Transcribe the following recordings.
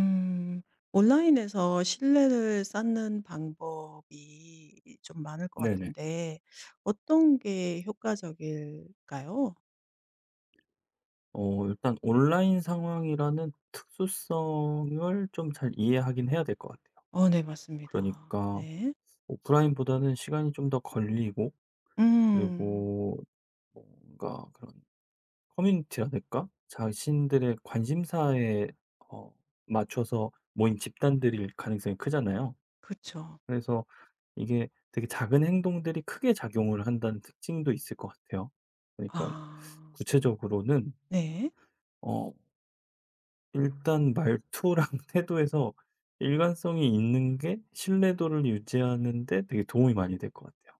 음, 온라인에서 신뢰를 쌓는 방법이 좀 많을 것 네네. 같은데, 어떤 게 효과적일까요? 일단 온라인 상황이라는 특수성을 좀 잘 이해하긴 해야 될 것 같아요. 네, 맞습니다. 그러니까 네. 오프라인보다는 시간이 좀 더 걸리고, 음, 그리고 뭔가 그런 커뮤니티라든가 자신들의 관심사에 어 맞춰서 모인 집단들일 가능성이 크잖아요. 그쵸. 그래서 이게 되게 작은 행동들이 크게 작용을 한다는 특징도 있을 것 같아요. 그러니까 아, 구체적으로는 네. 어 일단 말투랑 태도에서 일관성이 있는 게 신뢰도를 유지하는 데 되게 도움이 많이 될 것 같아요.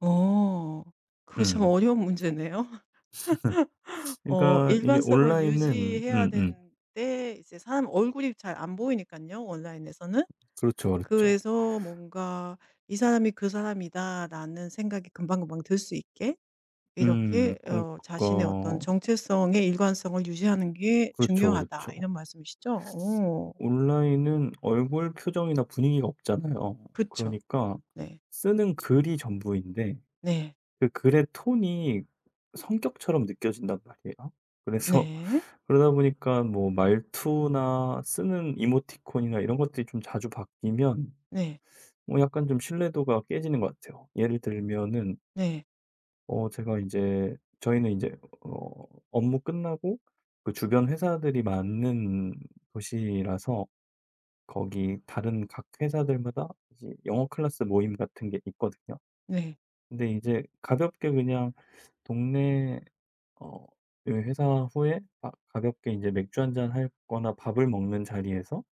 어, 그거 참 음. 어려운 문제네요. 그러니까 이게 일관성을 온라인은 유지해야 음음. 되는데, 이제 사람 얼굴이 잘 안 보이니까요, 온라인에서는. 그렇죠, 그렇죠. 그래서 뭔가 '이 사람이 그 사람이다.'라는 생각이 금방금방 들 수 있게 이렇게 그러니까 자신의 어떤 정체성의 일관성을 유지하는 게 그렇죠, 중요하다 그렇죠. 이런 말씀이시죠? 오, 온라인은 얼굴 표정이나 분위기가 없잖아요. 그쵸. 그러니까 네. 쓰는 글이 전부인데, 네. 그 글의 톤이 성격처럼 느껴진단 말이에요. 그래서 네. 그러다 보니까 뭐 말투나 쓰는 이모티콘이나 이런 것들이 좀 자주 바뀌면 네. 뭐 약간 좀 신뢰도가 깨지는 것 같아요. 예를 들면은 네. 제가 이제, 저희는 이제 어 업무 끝나고 그 주변 회사들이 많은 도시라서, 거기 다른 각 회사들마다 이제 영어 클래스 모임 같은 게 있거든요. 네. 근데 이제 가볍게 그냥 동네 어 그 회사 후에 가 가볍게 이제 맥주 한잔 할 거나 밥을 먹는 자리에서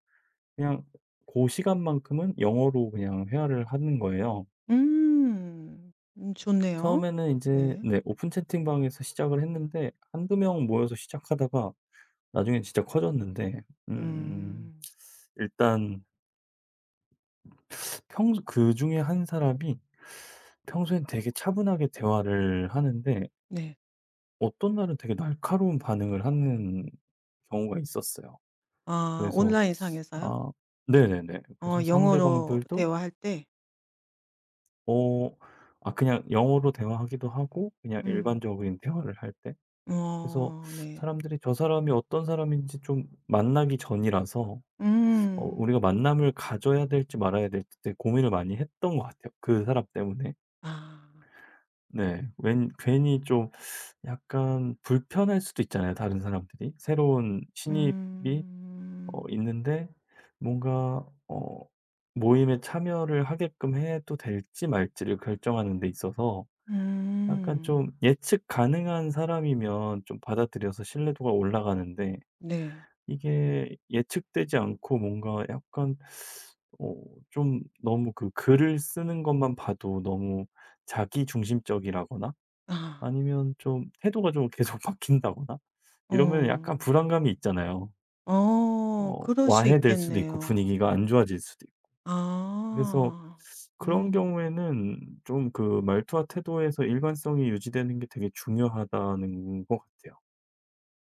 그냥 그 시간만큼은 영어로 그냥 회화를 하는 거예요. 음. 좋네요. 처음에는 이제 네. 네 오픈 채팅방에서 시작을 했는데, 한두 명 모여서 시작하다가 나중엔 진짜 커졌는데, 음 음. 일단 평소 그중에 한 사람이 평소엔 되게 차분하게 대화를 하는데 네. 어떤 날은 되게 날카로운 반응을 하는 경우가 있었어요. 아 그래서 온라인 상에서요? 아 네네네. 어 그래서 영어로 상대방들도 대화할 때? 어 아 그냥 영어로 대화하기도 하고 그냥 음. 일반적인 대화를 할 때, 그래서 어 네. 사람들이 저 사람이 어떤 사람인지 좀 만나기 전이라서 음. 우리가 만남을 가져야 될지 말아야 될지 되게 고민을 많이 했던 것 같아요, 그 사람 때문에. 아. 네. 웬 괜히 좀 약간 불편할 수도 있잖아요, 다른 사람들이. 새로운 신입이 음. 있는데 뭔가 모임에 참여를 하게끔 해도 될지 말지를 결정하는 데 있어서, 약간 음. 좀 예측 가능한 사람이면 좀 받아들여서 신뢰도가 올라가는데 네. 이게 예측되지 않고 뭔가 약간 어 좀 너무 그 글을 쓰는 것만 봐도 너무 자기 중심적이라거나 아. 아니면 좀 태도가 좀 계속 바뀐다거나 이러면 약간 어. 불안감이 있잖아요. 어. 그럴 수 와해될 수도 있고 있겠네요. 분위기가 안 좋아질 수도 있고. 그래서 아. 음. 그런 경우에는 좀 그 말투와 태도에서 일관성이 유지되는 게 되게 중요하다는 것 같아요.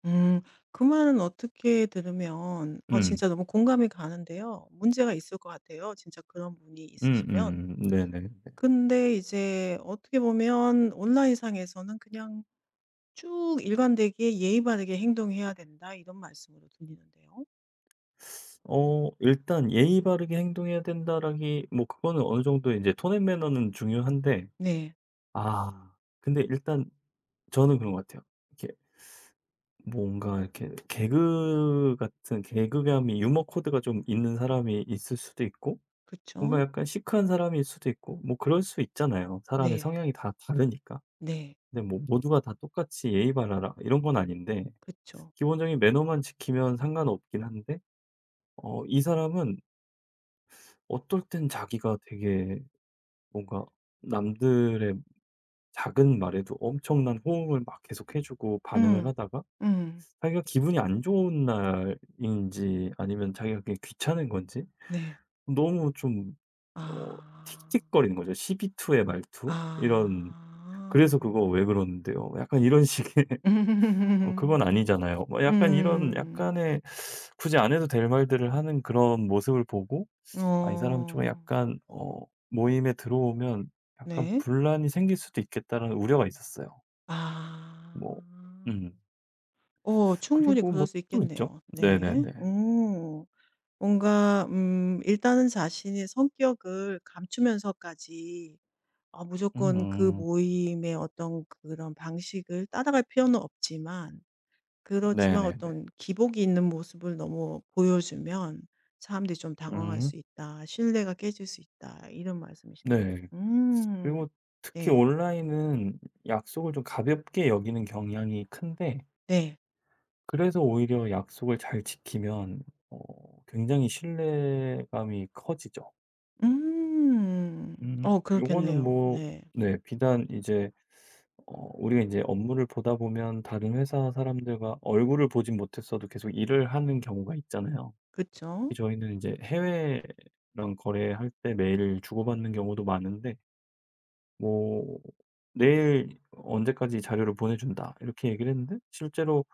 음. 그 말은 어떻게 들으면 음. 진짜 너무 공감이 가는데요. 문제가 있을 것 같아요, 진짜 그런 분이 있으시면. 음음. 네네. 근데 이제 어떻게 보면 온라인상에서는 그냥 쭉 일관되게 예의 바르게 행동해야 된다 이런 말씀으로 들리는데요. 일단 '예의 바르게 행동해야 된다.'라기 뭐 그거는 어느 정도 이제 톤앤 매너는 중요한데, 네. 아 근데 일단 저는 그런 것 같아요. 이렇게 뭔가 이렇게 개그 같은 개그감이 유머 코드가 좀 있는 사람이 있을 수도 있고, 그 뭔가 죠 약간 시크한 사람일 수도 있고 뭐 그럴 수 있잖아요. 사람의 네. 성향이 다 다르니까. 네. 근데 뭐 모두가 다 똑같이 예의 바라라 이런 건 아닌데, 그쵸. 기본적인 매너만 지키면 상관없긴 한데, 이 사람은 어떨 땐 자기가 되게 뭔가 남들의 작은 말에도 엄청난 호응을 막 계속 해 주고 반응을 음. 하다가, 음. 자기가 기분이 안 좋은 날인지 아니면 자기가 그게 귀찮은 건지 네. 너무 좀 어 아. 틱틱거리는 거죠. 시비투의 아. 말투? 이런, 그래서 그거 왜 그러는데요? 뭐 약간 이런 식의 그건 아니잖아요. 뭐 약간 이런 음. 약간의 굳이 안 해도 될 말들을 하는 그런 모습을 보고 '아 이 사람은 좀 어. 약간 모임에 들어오면 약간 네. 분란이 생길 수도 있겠다.'라는 우려가 있었어요. 아. 뭐 음. 어 충분히 그리고 그럴 뭐 수 또 있죠? 있겠네요. 네. 네네네. 오. 뭔가 일단은 자신의 성격을 감추면서까지 무조건 그 음. 모임의 어떤 그런 방식을 따라갈 필요는 없지만 그렇지만 네네네. 어떤 기복이 있는 모습을 너무 보여주면 사람들이 좀 당황할 음. 수 있다. 신뢰가 깨질 수 있다. 이런 말씀이시네요. 네. 음. 그리고 특히 네. 온라인은 약속을 좀 가볍게 여기는 경향이 큰데, 네. 그래서 오히려 약속을 잘 지키면 굉장히 신뢰감이 커지죠. 음. 어 요거는 그렇겠네요. 뭐 네. 네 비단 이제 우리가 이제 업무를 보다 보면 다른 회사 사람들과 얼굴을 보진 못했어도 계속 일을 하는 경우가 있잖아요. 그쵸? 특히 저희는 이제 해외랑 거래할 때 메일을 주고받는 경우도 많은데, 뭐 "내일 언제까지 자료를 보내준다." 이렇게 얘기를 했는데, 실제로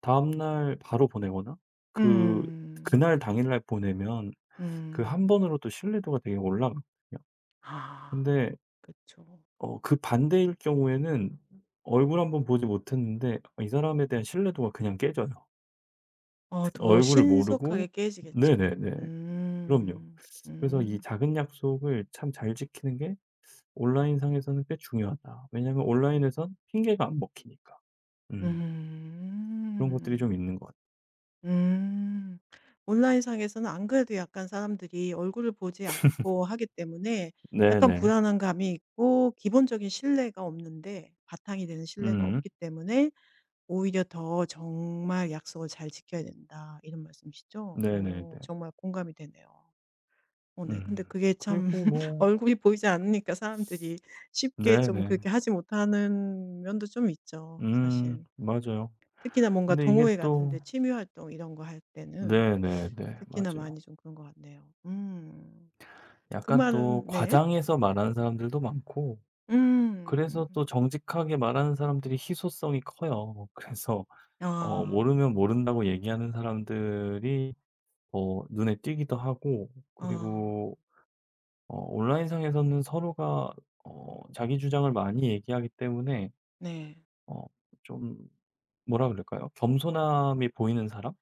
다음 날 바로 보내거나 그 음. 그날 당일날 보내면 그 한 음. 번으로도 신뢰도가 되게 올라가거든요. 아. 근데 그쵸. 그 반대일 경우에는 얼굴 한번 보지 못했는데 이 사람에 대한 신뢰도가 그냥 깨져요. 어 더 얼굴을 신속하게 모르고 깨지겠죠. 네네네. 그럼요. 음. 그래서 이 음. 작은 약속을 참 잘 지키는 게 온라인상에서는 꽤 중요하다. 왜냐하면 온라인에선 핑계가 안 먹히니까. 음. 그런 것들이 좀 음. 있는 것 같아요. 음. 온라인상에서는 안 그래도 약간 사람들이 얼굴을 보지 않고 하기 때문에 약간 네네. 불안한 감이 있고 기본적인 신뢰가 없는데 바탕이 되는 신뢰가 음. 없기 때문에 오히려 더 정말 약속을 잘 지켜야 된다. 이런 말씀이시죠? 네네네. 어 정말 공감이 되네요. 어 네. 음. 근데 그게 참 그리고 뭐 얼굴이 보이지 않으니까 사람들이 쉽게 좀 네네. 그렇게 하지 못하는 면도 좀 있죠 음. 사실. 맞아요. 특히나 뭔가 근데 이게 동호회 같은 또 데 취미 활동 이런 거 할 때는 네네네. 특히나 맞아요. 많이 좀 그런 것 같네요. 음. 그 약간 또 말은 네. 과장해서 말하는 사람들도 많고, 음. 그래서 또 정직하게 말하는 사람들이 희소성이 커요. 그래서 아. 모르면 모른다고 얘기하는 사람들이 더 눈에 띄기도 하고, 아. 그리고 온라인상에서는 서로가 자기 주장을 많이 얘기하기 때문에 네. 어 좀 뭐라 그럴까요? 겸손함이 보이는 사람?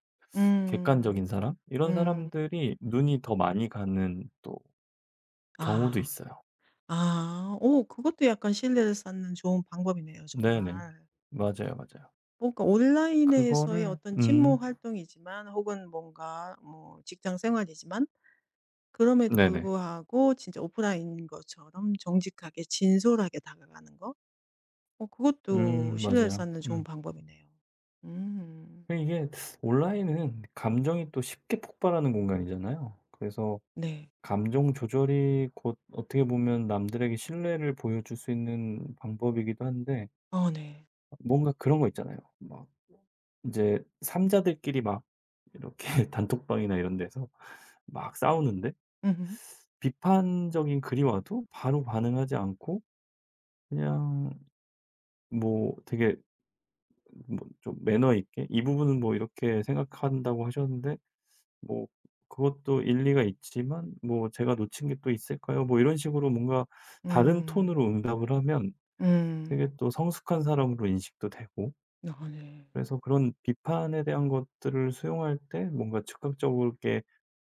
객관적인 음. 사람? 이런 음. 사람들이 눈이 더 많이 가는 또 경우도 아. 있어요. 아. 오, 그것도 약간 신뢰를 쌓는 좋은 방법이네요 네네. 정말. 맞아요, 맞아요. 뭔가 온라인에서의 그거를 어떤 친모 활동이지만 혹은 뭔가 뭐 직장 생활이지만 그럼에도 네네. 불구하고 진짜 오프라인인 것처럼 정직하게 진솔하게 다가가는 거? 어 그것도 신뢰를 맞아요. 쌓는 좋은 음. 방법이네요. 음. 근데 이게 온라인은 감정이 또 쉽게 폭발하는 공간이잖아요. 그래서 네. 감정 조절이 곧 어떻게 보면 남들에게 신뢰를 보여줄 수 있는 방법이기도 한데, 어 네. 뭔가 그런 거 있잖아요. 막 이제 삼자들끼리 막 이렇게 단톡방이나 이런 데서 막 싸우는데, 음음. 비판적인 글이 와도 바로 반응하지 않고 그냥 뭐 되게 뭐 좀 매너 있게 "이 부분은 뭐 이렇게 생각한다고 하셨는데" 뭐, 그것도 일리가 있지만 뭐 "제가 놓친 게 또 있을까요?" 뭐 이런 식으로 뭔가 다른 톤으로 음. 응답을 하면 되게 음. 또 성숙한 사람으로 인식도 되고, 아 네. 그래서 그런 비판에 대한 것들을 수용할 때 뭔가 즉각적으로게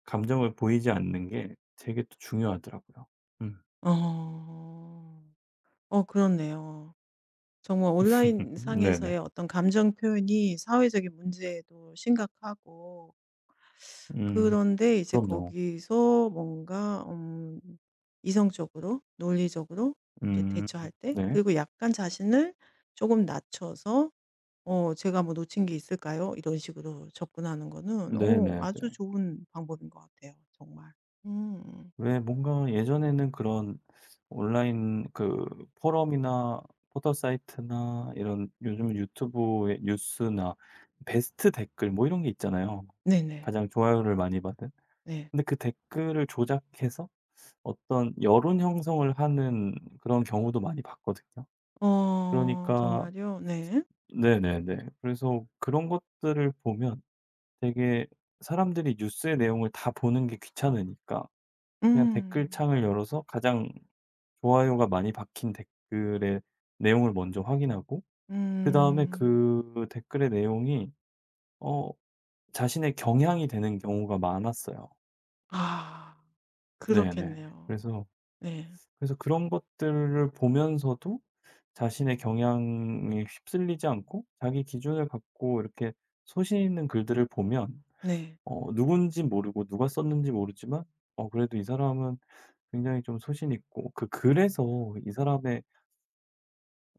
감정을 보이지 않는 게 되게 또 중요하더라고요. 음. 어. 어 그렇네요. 정말 온라인 상에서의 네네. 어떤 감정 표현이 사회적인 문제도 심각하고 음. 그런데 이제 그럼요. 거기서 뭔가 이성적으로 논리적으로 이렇게 음. 대처할 때 네. 그리고 약간 자신을 조금 낮춰서 '제가 뭐 놓친 게 있을까요?' 이런 식으로 접근하는 거는 네네네. 아주 좋은 방법인 것 같아요 정말. 음. 왜 뭔가 예전에는 그런 온라인 그 포럼이나 포털 사이트나 이런 요즘 유튜브의 뉴스나 베스트 댓글 뭐 이런 게 있잖아요. 네네. 가장 좋아요를 많이 받은. 네. 근데 그 댓글을 조작해서 어떤 여론 형성을 하는 그런 경우도 많이 봤거든요. 어 그러니까 정말요? 네. 네네네. 그래서 그런 것들을 보면 되게 사람들이 뉴스의 내용을 다 보는 게 귀찮으니까 그냥 음. 댓글창을 열어서 가장 좋아요가 많이 박힌 댓글의 내용을 먼저 확인하고, 그다음에 음. 그 댓글의 내용이 어 자신의 경향이 되는 경우가 많았어요. 아 네네. 그렇겠네요. 그래서 네. 그런 것들을 보면서도 자신의 경향에 휩쓸리지 않고 자기 기준을 갖고 이렇게 소신 있는 글들을 보면 네. 누군지 모르고 누가 썼는지 모르지만 그래도 이 사람은 굉장히 좀 소신 있고, 그 글에서 이 사람의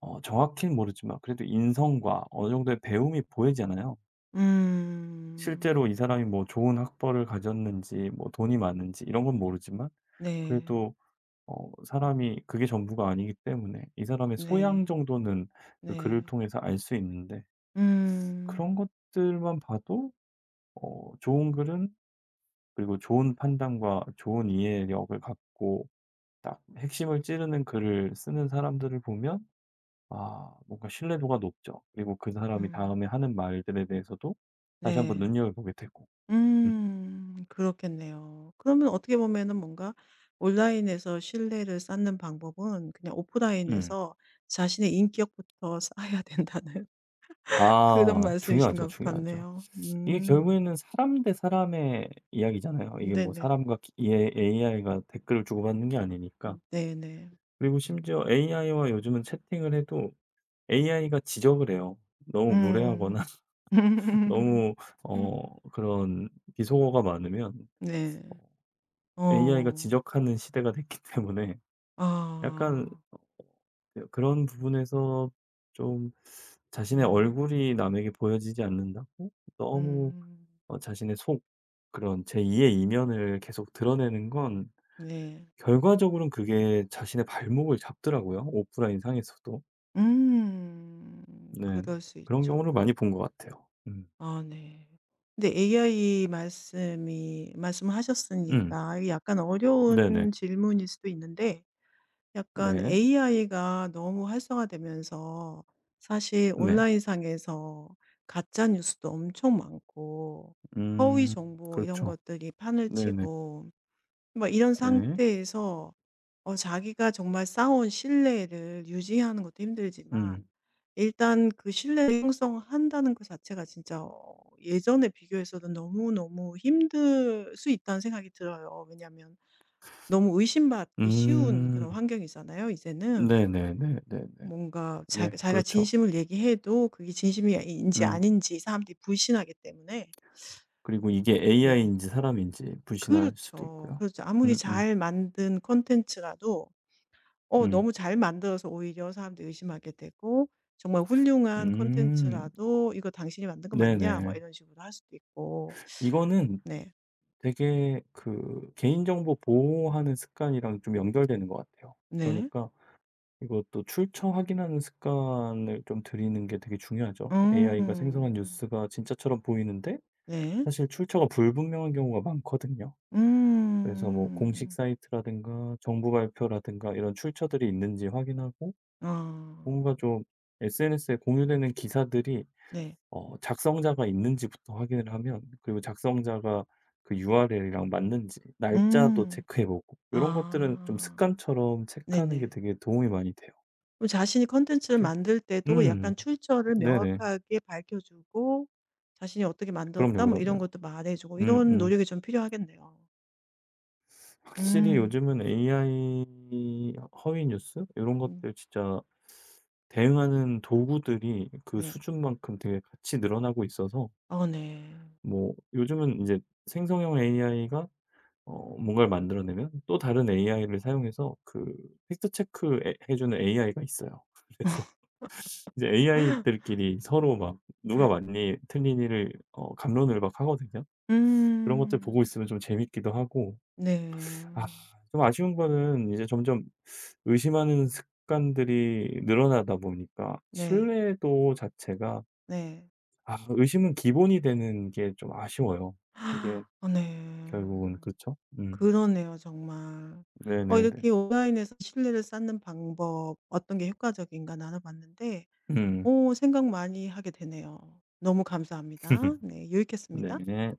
정확히는 모르지만 그래도 인성과 어느 정도의 배움이 보이잖아요. 음. 실제로 이 사람이 뭐 좋은 학벌을 가졌는지 뭐 돈이 많은지 이런 건 모르지만, 네. 그래도 사람이 그게 전부가 아니기 때문에 이 사람의 네. 소양 정도는 그 글을 네. 통해서 알 수 있는데, 음. 그런 것들만 봐도 좋은 글은, 그리고 좋은 판단과 좋은 이해력을 갖고 딱 핵심을 찌르는 글을 쓰는 사람들을 보면 아 뭔가 신뢰도가 높죠. 그리고 그 사람이 다음에 음. 하는 말들에 대해서도 다시 한번 네. 눈여겨보게 되고. 음. 음. 그렇겠네요. 그러면 어떻게 보면은 뭔가 온라인에서 신뢰를 쌓는 방법은 그냥 음. 오프라인에서 자신의 인격부터 쌓아야 된다는 그런 아 말씀이신 중요하죠, 것 중요하죠. 같네요. 이게 음. 결국에는 사람 대 사람의 이야기잖아요. 이게 뭐 네네. 사람과 기 예 AI가 댓글을 주고받는 게 아니니까. 네네. 그리고 심지어 AI와 요즘은 채팅을 해도 AI가 지적을 해요. 너무 음. 무례하거나 너무 그런 비속어가 많으면 네. 어 AI가 어. 지적하는 시대가 됐기 때문에, 약간 아. 그런 부분에서 좀 자신의 음. 얼굴이 남에게 보여지지 않는다고 너무 음. 자신의 속 그런 제2의 이면을 계속 드러내는 건 네. 결과적으로는 그게 자신의 발목을 잡더라고요, 오프라인 상에서도. 음. 네. 그럴 수 그런 경우를 많이 있죠. 본 것 같아요. 음. 아 네. 근데 AI 말씀이 음. 말씀하셨으니까 약간 어려운 네네. 질문일 수도 있는데 약간 네. AI가 너무 활성화되면서 사실 네. 온라인상에서 가짜 뉴스도 엄청 많고 허위 음. 정보 이런 그렇죠. 것들이 판을 네네. 치고 뭐 이런 네. 상태에서 자기가 정말 쌓아온 신뢰를 유지하는 것도 힘들지만 음. 일단 그 신뢰를 형성한다는 것 자체가 진짜 예전에 비교해서는 너무너무 힘들 수 있다는 생각이 들어요. 왜냐하면 너무 의심받기 쉬운 그런 음. 환경이잖아요 이제는. 네네네네네. 뭔가 자기 네. 자기가 그렇죠. 진심을 얘기해도 그게 진심 인지 음. 아닌지 사람들이 불신하기 때문에. 그리고 이게 네. AI인지 사람인지 불신할 수도 그렇죠. 있고요. 그렇죠. 아무리 음음 잘 만든 콘텐츠라도 음 너무 잘 만들어서 오히려 사람들이 의심하게 되고 정말 훌륭한 컨텐츠라 음, 도 "이거 당신이 만든 거 맞냐?" 뭐 네네. 이런 식으로 할 수도 있고. 이거는 네. 되게 그 개인정보 보호하는 습관이랑 좀 연결되는 것 같아요. 네. 그러니까 이것도 출처 확인하는 습관을 좀 들이는 게 되게 중요하죠. AI가 생성한 음. 뉴스가 진짜처럼 보이는데 네. 사실 출처가 불분명한 경우가 많거든요. 그래서 뭐 공식 음. 사이트라든가 정부 발표라든가 이런 출처들이 있는지 확인하고, 뭔가 아. 좀 SNS에 공유되는 기사들이 네. 작성자가 있는지부터 확인을 하면, 그리고 작성자가 그 URL이랑 맞는지 날짜도 음. 체크해 보고, 요런 것들은 좀 아. 습관처럼 체크하는 게 네네. 되게 도움이 많이 돼요. 그럼 자신이 컨텐츠를 그리고 만들 때도 음. 약간 출처를 네네. 명확하게 밝혀 주고 자신이 "어떻게 그럼요, 만들었다." 뭐 이런 그럼요. 것도 말해 주고 이런 음음. 노력이 좀 필요하겠네요. 확실히 음. 요즘은 AI 허위 뉴스 요런 음. 것들 진짜 대응하는 도구들이 그 네. 수준만큼 되게 같이 늘어나고 있어서, 아 네. 뭐 요즘은 이제 생성형 AI가 뭔가를 만들어내면 또 다른 AI를 사용해서 그 팩트 체크해 해 주는 AI가 있어요. 그래서 이제 AI들끼리 서로 막 누가 맞니 틀리니를 갑론을박하거든요. 그런 것들 보고 음. 있으면 좀 재밌기도 하고, 아 네. 좀 아쉬운 거는 이제 점점 의심하는 습관들이 늘어나다 보니까 네. 신뢰도 자체가, 네. 아 의심은 기본이 되는 게 좀 아쉬워요. 이게 아 네. 결국은 그렇죠? 음. 그러네요 정말. 네네네. 이렇게 온라인에서 신뢰를 쌓는 방법 어떤 게 효과적인가 나눠봤는데 음. 오 생각 많이 하게 되네요. 너무 감사합니다. 네. 유익했습니다. 네.